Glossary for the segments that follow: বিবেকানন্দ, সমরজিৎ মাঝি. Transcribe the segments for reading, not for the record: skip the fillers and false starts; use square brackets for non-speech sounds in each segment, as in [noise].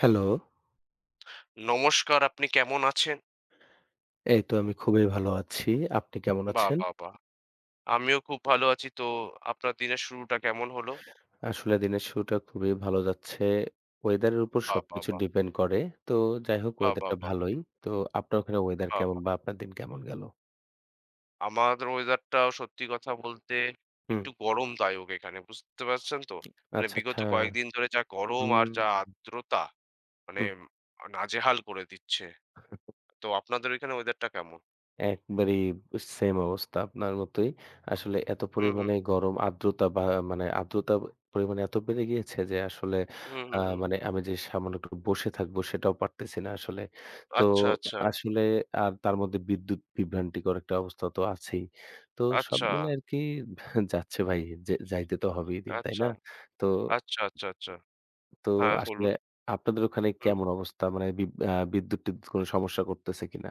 Hello, নমস্কার, আপনি কেমন আছেন? এই তো আমি খুবই ভালো আছি। আপনি কেমন বাহ! আছেন? বাহ! বাহ! আমিও খুব ভালো আছি। তো আপনার দিনের শুরুটা কেমন হলো? আসলে দিনের শুরুটা খুবই ভালো যাচ্ছে। ওয়েদারের উপর বাহ! বাহ! সবকিছু বাহ! ডিপেন্ড করে। তো যাই হোক বাহ! বাহ! ওয়েদারটা বাহ! ভালোই। তো আপনার ওখানে ওয়েদার বাহ! কেমন বাহ! বা আপনার দিন কেমন গেল? আমাদের ওয়েদারটাও সত্যি কথা বলতে হুম। একটু গরমদায়ক এখানে। বুঝতে পারছেন তো? মানে আচ্ছা, আচ্ছা। বিগত কয়েকদিন ধরে যা গরম আর হুম, যা আর্দ্রতা মানে হুম। নাজেহাল করে দিচ্ছে। তো আপনাদের ওইখানে ওয়েদারটা কেমন? একবারেই সেম অবস্থা আপনার মতোই। আসলে এত হুম, হুম। পরিমাণে গরম আর্দ্রতা বা মানে আর্দ্রতা পরিমাণ এত বেড়ে গিয়েছে যে আসলে হুম, হুম, হুম। মানে আমি যে সামান্য একটু বসে থাকবো সেটাও পারতেছি না আসলে। তো আচ্ছা, আচ্ছা। আসলে আর তার মধ্যে বিদ্যুৎ বিভ্রান্তিকর একটা অবস্থা তো আছেই। তো সব আচ্ছা, মিলে আরকি যাচ্ছে ভাই। যে যাইতে তো হবেই দিন, তাই আচ্ছা, না? তো, আচ্ছা, আচ্ছা, আচ্ছা। তো হ্যাঁ, আসলে বলুন। আপনাদের ওখানে হুম। কেমন অবস্থা? মানে বি আ বিদ্যুৎ-টিদ্যুৎ কোনো সমস্যা করতেছে কিনা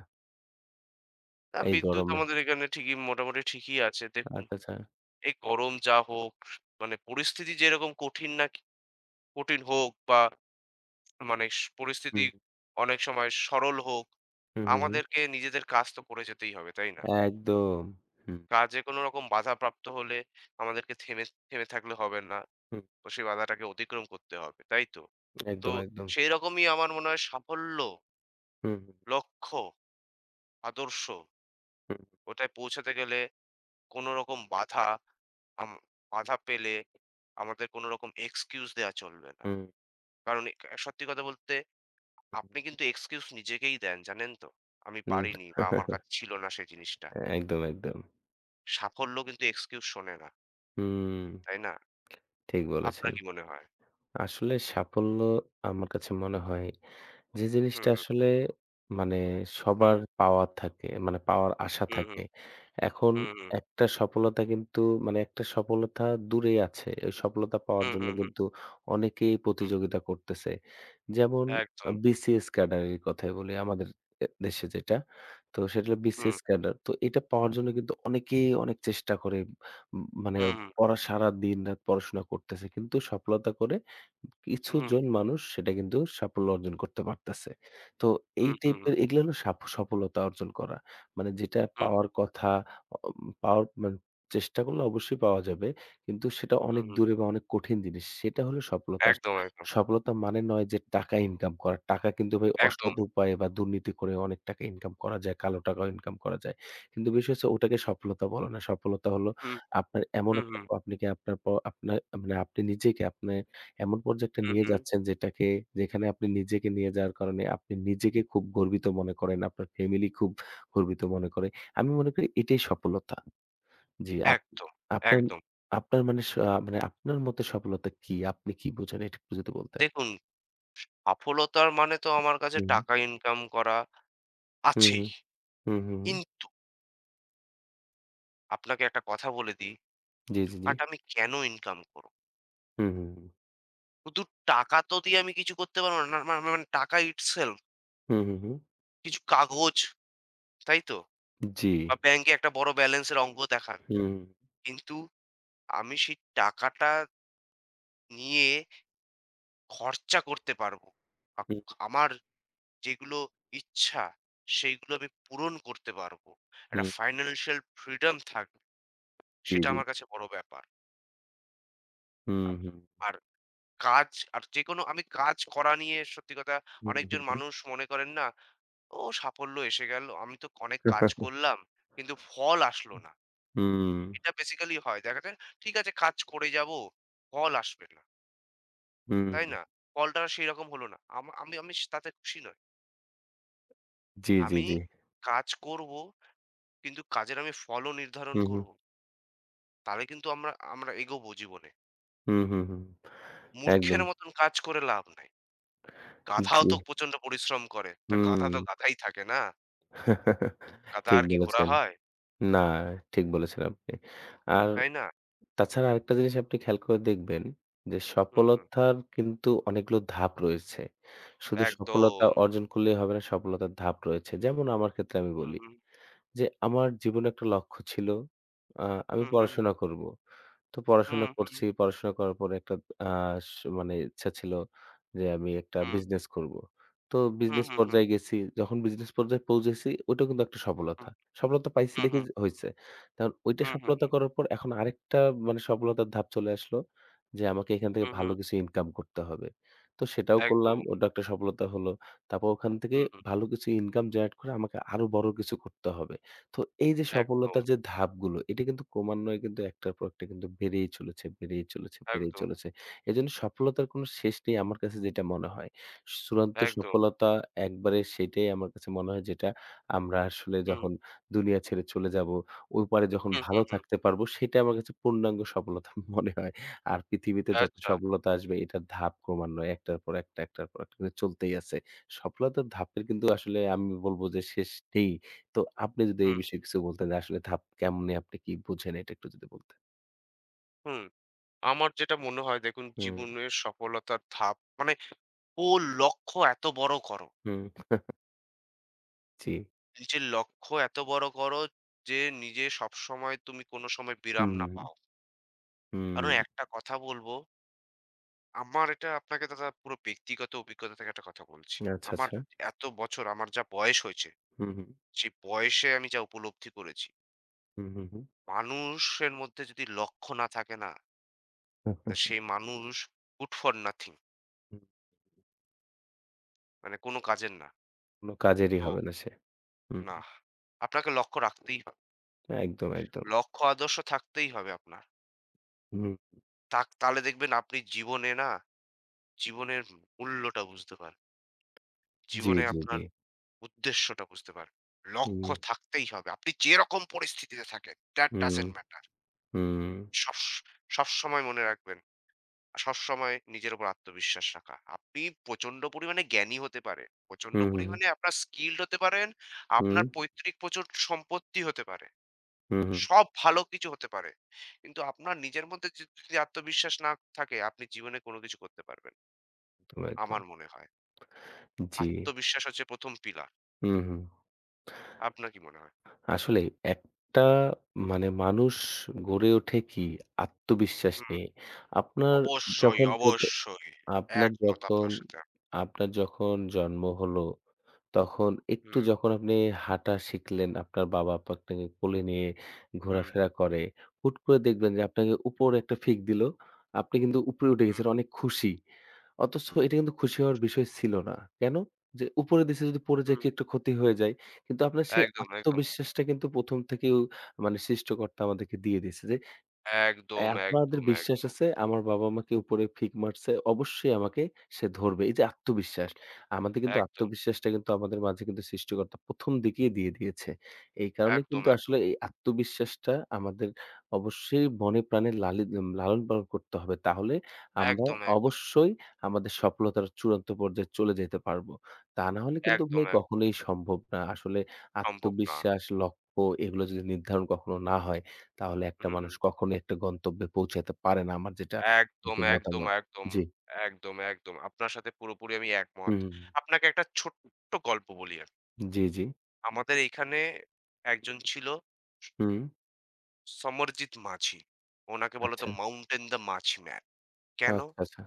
না, এই বিদ্যুৎ গরমে? আমাদের এখানে ঠিকই মোটামুটি ঠিকই আছে। দেখুন, আচ্ছা, আচ্ছা। এই গরম যা হোক, মানে পরিস্থিতি যেরকম কঠিন কঠিন হোক বা মানে পরিস্থিতি হুম। অনেক সময় সরল হোক, হুম, হুম, হুম। আমাদেরকে নিজেদের কাজ তো করে যেতেই হবে, তাই না? একদম। হুম, কাজে কোনো রকম বাধাপ্রাপ্ত হলে আমাদেরকে থেমে থেমে থাকলে হবে না। হুম, তো সেই বাধাটাকে অতিক্রম করতে হবে, তাই তো? তো একদম, একদম। সেইরকমই আমার মনে হয় সাফল্য, হুম, হুম, লক্ষ্য, আদর্শ হুম, ওটায় পৌঁছাতে গেলে কোনো রকম বাধা আম বাধা পেলে আমাদের কোনো রকম এক্সকিউজ দেয়া চলবে না। হুম, কারণ এ সত্যি কথা বলতে আপনি কিন্তু এক্সকিউজ নিজেকেই দেন, জানেন তো? আমি হুম, হুম। পারিনি বা আমার কাছে ছিল না সেই জিনিসটা। একদম, একদম। সাফল্য কিন্তু এক্সকিউজ শোনে না, হুম, তাই না? ঠিক বলেছেন। আপনার কি মনে হয়? আসলে সাফল্য আমার কাছে মনে হয় যে হুম, জিনিসটা হুম, আসলে মানে সবার হুম, পাওয়ার থাকে, মানে পাওয়ার আশা হুম, থাকে। হুম, এখন হুম, হুম, একটা সফলতা কিন্তু মানে একটা সফলতা দূরেই আছে। ওই সফলতা পাওয়ার হুম, জন্য হুম, কিন্তু অনেকেই হুম, প্রতিযোগিতা করতেছে। যেমন একদম। বিসিএস ক্যাডারের কথাই বলি আমাদের এ দেশে যেটা। তো সেটা হলো হুম, বিসিএস ক্যাডার। তো এটা পাওয়ার জন্য কিন্তু অনেকেই অনেক চেষ্টা করে। মানে হুম, হুম, সারাদিন রাত পড়াশোনা করতেছে। কিন্তু সফলতা করে হুম, কিছুজন মানুষ সেটা কিন্তু সাফল্য অর্জন করতে পারতেছে। তো এই হুম, টাইপের এগুলা হলো সফলতা অর্জন করা। মানে যেটা হুম, পাওয়ার কথা অ পাওয়ার মানে চেষ্টা করলে অবশ্যই পাওয়া যাবে। কিন্তু সেটা অনেক হুম, হুম, দূরে বা অনেক কঠিন জিনিস। সেটা হলো সফলতা। একদম, একদম, সফলতা মানে নয় যে টাকা ইনকাম করা। টাকা কিন্তু ভাই একদম। অসৎ উপায়ে বা দুর্নীতি করে অনেক টাকা ইনকাম করা যায়, কালো টাকাও ইনকাম করা যায়। কিন্তু বিষয় হচ্ছে ওটাকে সফলতা বলে না। সফলতা হলো হুম, আপনার এমন হুম, একটা হুম, প আপনি কি আপনার প আপনার মানে আপনি নিজেকে আপনি এমন পর্যায়ে একটা হুম, নিয়ে হুম, যাচ্ছেন যেটাকে যেখানে আপনি নিজেকে নিয়ে যাওয়ার কারণে আপনি নিজেকে খুব গর্বিত মনে করেন, আপনার ফ্যামিলি খুব গর্বিত মনে করে। আমি মনে করি এটাই সফলতা। জি, আপ একদম, আপনার একদম। আপনার মানে স আহ, মানে আপনার মতে সফলতা কি? আপনি কি বোঝেন এটা একটু যদি বলতেন? দেখুন সফলতার মানে তো আমার কাছে হুম, টাকা ইনকাম করা হুম, আছেই। হুম, হুম, হুম, হুম। কিন্তু আপনাকে একটা কথা বলে দিই, জি, জি, জি। টাকাটা আমি কেন ইনকাম করব? হুম, হুম, হুম, শুধু টাকা তো দিয়ে আমি কিছু করতে পারব না। না, মা মা মানে টাকা itself হুম, হুম, হুম। কিছু কাগজ, তাই তো? জি। বা ব্যাংকে একটা বড় ব্যালেন্সের অঙ্ক দেখান। হুম, কিন্তু আমি সেই টাকাটা নিয়ে খরচা করতে পারব। আ হুম, আমার যেগুলো ইচ্ছা সেইগুলো আমি পূরণ করতে পারব। একটা হুম। ফাইন্যান্সিয়াল ফ্রিডম থাকবে। জি, সেটা জি। আমার কাছে বড় ব্যাপার। হুম, আপ হুম, আর কাজ আর যেকোনো আমি কাজ করা নিয়ে সত্যি কথা হুম, হুম, অনেকজন হুম। মানুষ মনে করেন না, "ও সাফল্য এসে গেল। আমি তো অনেক কাজ করলাম। কিন্তু ফল আসলো না।" এটা বেসিক্যালি হয়। দেখা যায় ঠিক আছে কাজ করে যাবো, ফল আসবে না। হুম, তাই হুম। না? ফলটা সেরকম হলো না। আমা আমি আমি তাতে খুশি নই। জি, জি, আমি জি। কাজ করবো কিন্তু কাজের আমি ফলও নির্ধারণ হুম, হুম, করবো। তাহলে কিন্তু আমরা আমরা এগোবো জীবনে। হুম, হুম, হুম। একদম। মূর্খের মতন কাজ করে লাভ নাই। গাধাও জি। তো প্রচন্ড পরিশ্রম করে। তা হুম। গাধা তো গাধাই থাকে না? কাদা ঠিক আর কি ঘোরা বলেছেন। হয়? না, ঠিক বলেছেন আপনি। আর তাই না? তাছাড়া আরেকটা জিনিস আপনি খেয়াল করে দেখবেন যে হুম, হুম। সফলতার কিন্তু অনেকগুলো ধাপ রয়েছে। শুধু একদম। সফলতা অর্জন করলেই হবে না, সফলতার ধাপ রয়েছে। যেমন আমার ক্ষেত্রে আমি হুম, বলি হুম, যে আমার জীবনে একটা লক্ষ্য ছিল। আ আমি হুম, হুম, পড়াশোনা করব। তো পড়াশোনা হুম, হুম, করছি। পড়াশোনা করার পরে একটা আ স মানে ইচ্ছা ছিল যে আমি একটা হুম, বিজনেস করব। তো হুম, বিজনেস হুম, হুম, পর্যায়ে গেছি। যখন বিজনেস পর্যায়ে পৌঁছেছি ওইটা কিন্তু একটা সফলতা। সফলতা পাইছি হুম, দেখে হুম, যে হইছে। কারণ ওইটা হুম, হুম, সফলতা করার পর এখন আরেকটা মানে সফলতার ধাপ চলে আসলো যে আমাকে এখান থেকে হুম, ভালো হুম, কিছু ইনকাম করতে হবে। তো সেটাও করলাম। একদম। ওটা একটা সফলতা হলো। তারপর ওখান থেকে হুম, হুম, ভালো কিছু ইনকাম জেনারেট করে আমাকে আরো বড় কিছু করতে হবে। তো এই যে একদম, সফলতার যে ধাপগুলো, এটা কিন্তু ক্রমান্বয়ে কিন্তু একটার পর একটা কিন্তু বেড়েই চলেছে, বেড়েই চলেছে, বেড়েই একদম, চলেছে। এজন্য সফলতার কোনো শেষ নেই আমার কাছে যেটা মনে হয়। চূড়ান্ত একদম। সফলতা একবারে সেটাই আমার কাছে মনে হয় যেটা আমরা আসলে হুম, যখন দুনিয়া ছেড়ে চলে যাবো, ওই পারে যখন হুম, হুম, ভালো হুম। থাকতে পারবো সেটা আমার কাছে পূর্ণাঙ্গ সফলতা [laughs] মনে হয়। আর পৃথিবীতে যত আচ্ছা। সফলতা আসবে এটার ধাপ ক্রমান্বয়ে একটার পর একটা, একটার পর একটা করে চলতেই আছে। সফলতার ধাপের কিন্তু আসলে আমি বলবো যে শেষ নেই। তো আপনি যদি এই হুম, বিষয়ে কিছু বলতেন যে আসলে ধাপ কেমনে আপনি কি বুঝেন এটা একটু যদি বলতেন? হুম। আমার যেটা মনে হয় দেখুন হুম, জীবনের সফলতার ধাপ মানে ও লক্ষ্য এত বড় করো। হুম, জি। নিজের লক্ষ্য এত বড় করো যে নিজে সবসময় তুমি কোনো সময় বিরাম না হুম, পাও। হুম, কারণ একটা কথা বলব আমার এটা আপনাকে দাদা পুরো ব্যক্তিগত অভিজ্ঞতা থেকে একটা কথা বলছি। আচ্ছা, আমার আচ্ছা। এত বছর আমার যা বয়স হয়েছে, হুম, হুম, সেই বয়সে আমি যা উপলব্ধি করেছি, হুম, হুম, হুম। মানুষের মধ্যে যদি লক্ষ্য না থাকে না, [laughs] তো হুম, সেই মানুষ good for nothing হুম। মানে কোনো কাজের না। কোনো কাজেরই তো হবে না সে। হুম, না, আপনাকে লক্ষ্য রাখতেই হবে। একদম, একদম। লক্ষ্য আদর্শ থাকতেই হবে আপনার। হুম, তাহলে দেখবেন আপনি জীবনে না জীবনের মূল্যটা বুঝতে পারবেন। জি, জীবনে জি, জি। আপনার উদ্দেশ্যটা বুঝতে পারবেন। হুম, লক্ষ্য থাকতেই হবে। আপনি যেরকম পরিস্থিতিতে থাকেন, that হুম, doesn't matter. হুম, সব সবসময় মনে রাখবেন, সবসময় নিজের উপর আত্মবিশ্বাস রাখা। আপনি প্রচন্ড পরিমাণে জ্ঞানী হতে পারেন, প্রচন্ড হুম, হুম, পরিমাণে আপনার skilled হতে পারেন, আপনার পৈতৃক প্রচুর সম্পত্তি হতে পারে। হুম, হুম, সব ভালো কিছু হতে পারে। কিন্তু আপনার নিজের মধ্যে যদি আত্মবিশ্বাস না থাকে, আপনি জীবনে কোনো কিছু করতে পারবেন। একদম, না, একদম। আমার মনে হয়। জি। আত্মবিশ্বাস হচ্ছে ১ম পিলার। হুম, হুম। আপনার কি মনে হয়? আসলে একটা মানে মানুষ গড়ে ওঠে কি আত্মবিশ্বাস হুম। নিয়ে। আপনার অবশ্যই, যখন প্রথম অবশ্যই। আপনার একমত যখন আপনার সাথে। আপনার যখন জন্ম হলো, তখন একটু হুম, যখন আপনি হাঁটা শিখলেন, আপনার বাবা-মা আপনাকে কোলে নিয়ে হুম, ঘোরাফেরা করে। হুট করে দেখবেন যে আপনাকে উপরে একটা ফিক দিল। আপনি কিন্তু উপরে উঠে হুম, গেছেন অনেক খুশি। অথচ এটা কিন্তু খুশি হওয়ার বিষয় ছিল না। কেন? যে উপরে দিছে যদি পড়ে যায় হুম। কি একটা ক্ষতি হয়ে যায়। কিন্তু আপনার সেই একদম, একদম। আত্মবিশ্বাসটা কিন্তু ১ম থেকেই মানে সৃষ্টিকর্তা আমাদেরকে দিয়ে দিয়েছে যে একদম, আপনাদের একদম, বিশ্বাস একদম। আছে আমার বাবা আমাকে উপরে ফিক মারছে। অবশ্যই আমাকে সে ধরবে। এই যে আত্মবিশ্বাস। আমাদের কিন্তু একদম, আত্মবিশ্বাসটা কিন্তু আমাদের মাঝে কিন্তু সৃষ্টিকর্তা ১ম দিকেই দিয়ে দিয়েছে। এই কারণে একদম, কিন্তু আসলে একদম। এই আত্মবিশ্বাসটা আমাদের অবশ্যই মনে প্রাণে লালি উম লালন-পালন করতে হবে। তাহলে আমরা একদম, একদম। অবশ্যই আমাদের সফলতার চূড়ান্ত পর্যায়ে চলে যেতে পারব। তা না হলে কিন্তু একদম, ভাই একদম। কখনোই সম্ভব না। আসলে সম্ভব না। আত্মবিশ্বাস, লক্ষ্য এগুলো যদি নির্ধারণ কখনো না হয় তাহলে একটা হুম, মানুষ কখনোই একটা গন্তব্যে পৌঁছাতে পারে না। আমার যেটা একদম, আরকি একদম, মতামত। একদম। জি। একদম, একদম। আপনার সাথে পুরোপুরি আমি একমত। হুম, আপনাকে একটা ছোট্ট গল্প বলি আমি। জি, জি। আমাদের এইখানে একজন ছিল হুম। সমরজিৎ মাঝি। ওনাকে বলা আচ্ছা, হতো মাউন্টেন দ্য মাঝি ম্যান। কেন? আচ্ছা, আচ্ছা।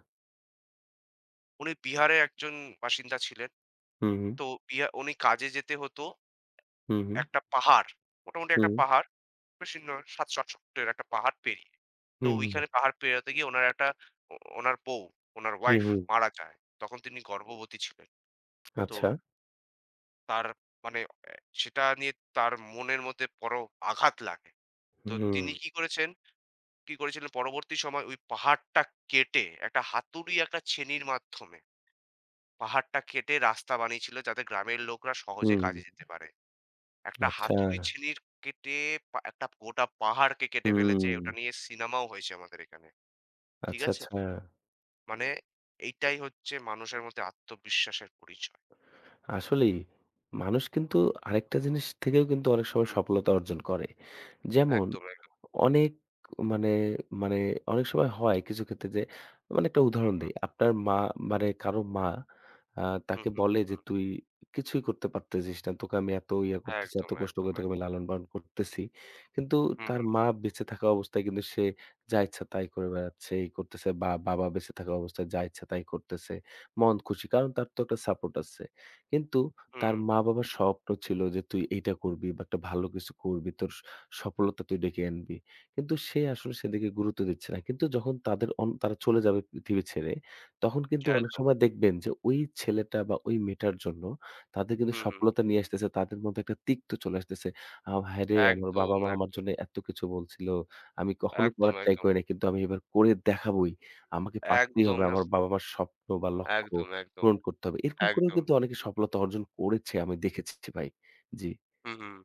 উনি বিহারের একজন বাসিন্দা ছিলেন। হুম, হুম, তো উনি কাজে যেতে হতো হুম, হুম, একটা পাহাড়। মোটামুটি একটা পাহাড় বেশি নয় ৭০০-৮০০ ফুটের একটা পাহাড় পেরিয়ে। তো হুম, হুম, ওইখানে পাহাড় পেরোতে গিয়ে উনার একটা ও ওনার বউ, উনার হুম, ওয়াইফ হুম। মারা যায়। তখন তিনি গর্ভবতী ছিলেন। তো আচ্ছা। তার মানে সেটা নিয়ে তার মনের মধ্যে বড় আঘাত লাগে। তো হুম, তিনি কি করেছেন কি করেছিলেন পরবর্তী সময় ওই পাহাড়টা কেটে একটা হাতুড়ি একটা ছেনির মাধ্যমে পাহাড়টা কেটে রাস্তা বানিয়েছিল যাতে গ্রামের লোকরা সহজে হুম, কাজে যেতে পারে। একটা আচ্ছা। হাতুড়ি ছিনির কেটে একটা গোটা পাহাড়কে কেটে ফেলেছে। হুম, ওটা নিয়ে সিনেমাও হয়েছে আমাদের এখানে। ঠিক আচ্ছা, আছে? আচ্ছা। মানে এইটাই হচ্ছে মানুষের মধ্যে আত্মবিশ্বাসের পরিচয়। আসলেই মানুষ কিন্তু আরেকটা জিনিস থেকেও কিন্তু অনেক সময় হুম, সফলতা অর্জন করে। যেমন একদম, একদম। অনেক মানে, মানে অনেক সময় হয় কিছু ক্ষেত্রে যে মানে একটা হুম, উদাহরণ হুম। দেই। আপনার মা মানে কারো মা আ হুম, তাকে হুম, বলে হুম, যে, হুম। "তুই কিছুই করতে পারতেছিস না। তোকে আমি এত ইয়া করতেছি, এত একদম, কষ্ট করে একদম, তোকে আমি একদম। লালন-পালন করতেছি।" কিন্তু হুম, তার মা হুম, বেঁচে থাকা অবস্থায় কিন্তু সে যা ইচ্ছা তাই করে বেড়াচ্ছে, এই করতেছে বা বাবা বেঁচে থাকা অবস্থায় যা ইচ্ছা তাই করতেছে। মন খুশি। কারণ তার তো একটা সাপোর্ট আছে। কিন্তু তার হুম। মা-বাবার স্বপ্ন ছিল যে তুই এইটা করবি বা একটা ভালো কিছু করবি। তোর স সফলতা তুই ডেকে আনবি। কিন্তু সে আসলে সেদিকে গুরুত্ব দিচ্ছে না। কিন্তু যখন তাদের অন তারা চলে যাবে পৃথিবী ছেড়ে, তখন কিন্তু অনেক একদম। সময় দেখবেন যে ওই ছেলেটা বা ওই মেয়েটার জন্য তাদের কিন্তু হুম, হুম। সফলতা নিয়ে আসতেছে। তাদের মধ্যে একটা তিক্ত চলে আসতেছে। "হায়রে! আমার একদম, বাবা-মা আমার একদম, জন্য এত কিছু বলছিল। আমি কখনো একদম, করার ট্রাই একদম। করি নাই। কিন্তু আমি এবার করে দেখাবোই। আমাকে পারতেই একদম, হবে। আমার একদম, বাবা-মার স্বপ্ন বা লক্ষ্য একদম, একদম, পূরণ করতে হবে।" এরকম করেও একদম। কিন্তু অনেকে সফলতা অর্জন করেছে আমি দেখেছি ভাই। জি। হুম, হুম।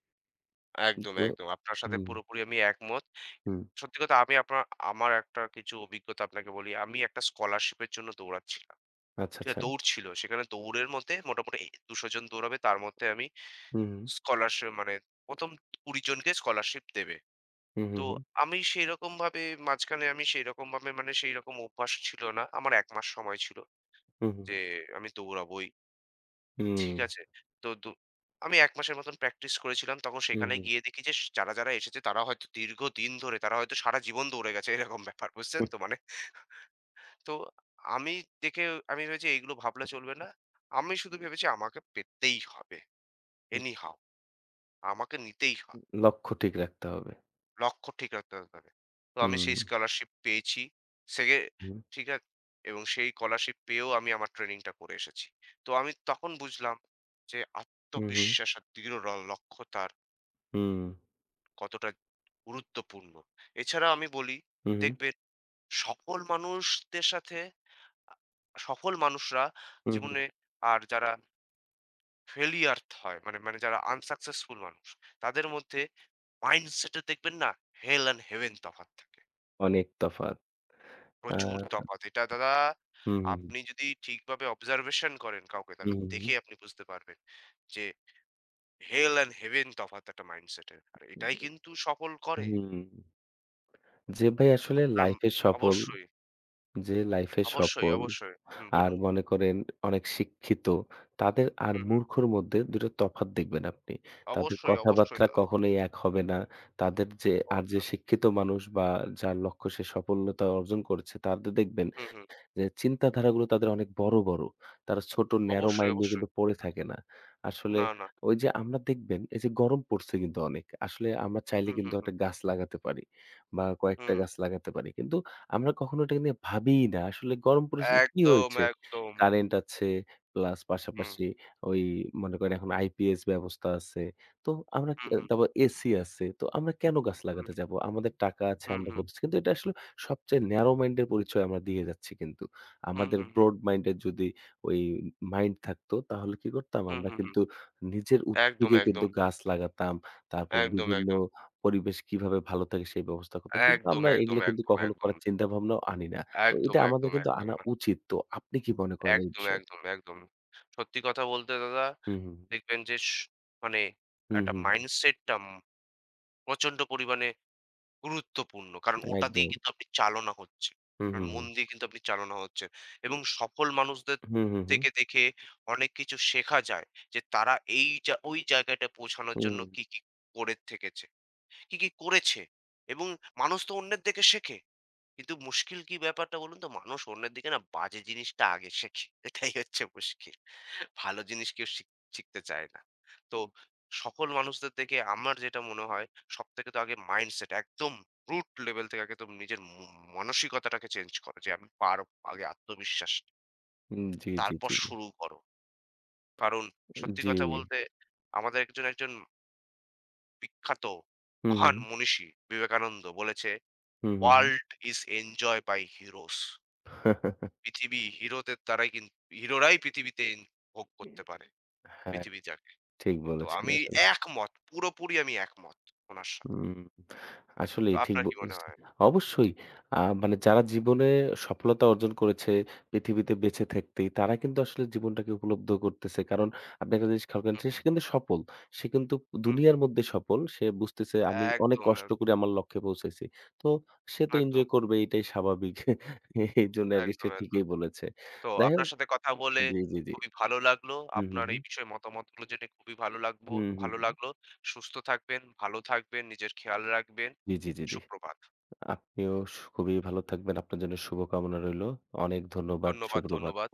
একদম, তো একদম। আপনার সাথে হুম, পুরোপুরি আমি একমত। হুম। সত্যি কথা আমি আপনার আমার একটা কিছু অভিজ্ঞতা আপনাকে বলি। আমি একটা স্কলারশিপের জন্য দৌড়াচ্ছিলাম। আচ্ছা, ঠিক আচ্ছা। আছে? দৌড় ছিল। সেখানে দৌড়ের মধ্যে মোটামুটি ২০০ জন দৌড়াবে। তার মধ্যে আমি হুম, হুম। স্কলারশিপ মানে ১ম ২০ জনকে স্কলারশিপ দেবে। হুম, তো হুম, হুম। আমি সেইরকমভাবে মাঝখানে আমি সেইরকমভাবে মানে সেইরকম অভ্যাস ছিল না। আমার ১ মাস সময় ছিল হুম, হুম, যে আমি দৌড়াবোই। ঠিক আছে? তো আমি ১ মাসের মতন প্র্যাকটিস করেছিলাম। তখন হুম, সেখানে হুম, গিয়ে দেখি যে যারা এসেছে তারা হয়তো দীর্ঘদিন ধরে তারা হয়তো সারা জীবন দৌড়ে গেছে এরকম ব্যাপার। বুঝছেন হুম, তো? মানে তো আমি দেখে আমি ভেবেছি এইগুলো ভাবলে চলবে না। আমি শুধু ভেবেছি আমাকে পেতেই হবে। হুম, এনিহাউ আমাকে নিতেই হবে। লক্ষ্য ঠিক রাখতে হবে। লক্ষ্য ঠিক রাখতে হবে। তো আমি হুম, সেই স্কলারশিপ পেয়েছি। সেগে হুম, ঠিক আ এবং সেই স্কলারশিপ পেয়েও আমি আমার ট্রেনিংটা করে এসেছি। তো আমি তখন বুঝলাম যে হুম, হুম, হুম, আত্মবিশ্বাস আর দৃঢ় লক্ষ্যতার হুম, কতটা গুরুত্বপূর্ণ। এছাড়া আমি বলি হুম, দেখবেন সফল মানুষদের সাথে আ সফল মানুষরা হুম, হুম, জীবনে আর যারা ফেলিয়ার্থ হয়। মানে মানে যারা আনসাকসেসফুল মানুষ, তাদের মধ্যে মাইন্ডসেটে দেখবেন না হেল অ্যান্ড হেভেন তফাৎ থাকে। অনেক তফাৎ। আ প্রচুর তফাৎ। এটা দাদা হুম, হুম, আপনি যদি ঠিকভাবে অবজারভেশন করেন কাউকে তাহলে হুম, দেখেই আপনি বুঝতে পারবেন যে হেল অ্যান্ড হেভেন তফাৎ একটা মাইন্ডসেটের। আর এটাই কিন্তু সফল করে। হুম, যে ভাই আসলে আর লাইফে সফল, অবশ্যই, যে লাইফে অবশ্যই, সফল অবশ্যই। হুম, আর বলুন। মনে করেন অনেক শিক্ষিত তাদের আর হুম, হুম। মূর্খর মধ্যে ২ টা তফাৎ দেখবেন আপনি। তাদের অবশ্যই, অবশ্যই কথাবার্তা দাদা। কখনোই এক হবে না। তাদের যে আর যে অবশ্যই। শিক্ষিত মানুষ বা যার লক্ষ্য সে সফলতা অর্জন করেছে তাদের দেখবেন হুম, হুম। যে চিন্তাধারাগুলো তাদের অনেক বড়, বড়। তারা ছোট ন্যারো অবশ্যই, মাইন্ড নিয়ে অবশ্যই। কিন্তু পড়ে থাকে না। আসলে না, না। ওই যে আমরা দেখবেন এই যে গরম পড়ছে কিন্তু অনেক। আসলে আমরা চাইলে হুম, কিন্তু হুম, হুম। একটা গাছ লাগাতে পারি বা কয়েকটা হুম। গাছ লাগাতে পারি। কিন্তু আমরা কখনো এটাকে নিয়ে ভাবিই না। আসলে গরম পড়েছে তো কি একদম, হয়েছে? একদম। কারেন্ট আছে প্লাস হুম, পাশাপাশি ওই মনে করেন এখন আইপিএস ব্যবস্থা আছে। তো আমরা হুম, হুম। তারপর এসি আছে। তো আমরা কেন গাছ হুম, লাগাতে যাবো? আমাদের টাকা আছে হুম, আমরা হুম, করতেছি। কিন্তু এটা আসলে সবচেয়ে ন্যারো মাইন্ড এর পরিচয় আমরা দিয়ে যাচ্ছি কিন্তু। হুম, আমাদের হুম, হুম, ব্রড মাইন্ডের যদি ওই মাইন্ড থাকতো তাহলে কি করতাম? হুম, আমরা হুম, হুম। কিন্তু নিজের একদম, উদ্যোগে কিন্তু একদম, গাছ লাগাতাম। তারপর একদম, বিভিন্ন একদম, পরিবেশ কিভাবে ভালো থাকে সেই ব্যবস্থা করতাম। কিন্তু একদম, আমরা একদম, এগুলো কিন্তু একদম, কখনো একদম, করার চিন্তা ভাবনাও আনি না। তো এটা একদম, আমাদের একদম, কিন্তু একদম, আনা উচিত। তো আপনি কি মনে করেন এই একদম, বিষয়ে? একদম, একদম। সত্যি কথা বলতে দাদা হুম, হুম, দেখবেন যে মানে হুম, একটা হুম, মাইন্ডসেটটা প্রচণ্ড পরিমাণে গুরুত্বপূর্ণ। কারণ হুম, ওটা একদম। দিয়ে কিন্তু আপনি চালনা হচ্ছে। হুম, আপনার হুম, মন দিয়ে কিন্তু আপনি চালনা হচ্ছেন। এবং সফল মানুষদের হুম, হুম, হুম, হুম, থেকে দেখে অনেক কিছু শেখা যায় যে তারা এই ওই জায়গাটায় পৌঁছানোর হুম, জন্য কি, কি করে থেকেছে, কি, কি করেছে এবং মানুষ তো অন্যের দেখে শেখে। কিন্তু মুশকিল কি ব্যাপারটা বলুন তো? মানুষ অন্যের দিকে না বাজে জিনিসটা আগে শেখে। [laughs] এটাই হচ্ছে মুশকিল। ভালো জিনিস কেউ শিখতে চায় না। তো সফল মানুষদের দেখে আমার যেটা মনে হয় সবথেকে তো আগে মাইন্ডসেট একদম root level থেকে আগে তো নিজের মানসিকতাটাকে চেঞ্জ করো যে আমি পারব। আগে আত্মবিশ্বাস, হুম, জি, জি, তারপর জি, জি, শুরু করো। কারণ সত্যি জি, কথা বলতে আমাদের একজন বিখ্যাত হুম, মহান হুম, মনীষী বিবেকানন্দ বলেছে, হুম, হুম, হুম। "World is enjoyed by heroes." পৃথিবী হিরোদের দ্বারাই হিরোরাই পৃথিবীতে ভোগ করতে পারে, হ্যাঁ, পৃথিবী যাকে। ঠিক তো বলেছেন আমি আসলে। একমত, পুরোপুরি আমি একমত উনার সাথে। হুম, তো আসলেই ঠিক আপনার কি মনে বলেছেন। হয়? অবশ্যই মানে যারা জীবনে সফলতা অর্জন করেছে পৃথিবীতে বেঁচে থাকতেই, তারা কিন্তু আসলে জীবনটাকে উপলব্ধ করতেছে। কারণ আপনি একটা জিনিস খেয়াল করেন হুম, যে সে হুম, কিন্তু সফল। সে কিন্তু হুম, দুনিয়ার হুম। মধ্যে সফল। সে বুঝতেছে আমি অনেক একদম, কষ্ট একদম, করে আমার লক্ষ্যে পৌঁছেছি। তো সে তো একদম, এনজয় করবে এটাই স্বাভাবিক। এইজন্য আরকি সে একদম, একদম। ঠিকই বলেছে। তো যাই আপনার হোক সাথে কথা বলে জি, জি, জি। খুবই ভালো লাগলো। হুম, হুম, আপনার এই হুম। বিষয়ে মতামতগুলো জেনে খুবই ভালো লাগবো হুম, হুম, ভালো হুম। লাগলো। সুস্থ থাকবেন, ভালো থাকবেন, নিজের খেয়াল রাখবেন। জি, জি, জি, জি। সুপ্রভাত। আপনিও খুবই ভালো থাকবেন। আপনার জন্য শুভকামনা রইলো। অনেক ধন্যবাদ। ধন্যবাদ, সুপ্রভাত। ধন্যবাদ।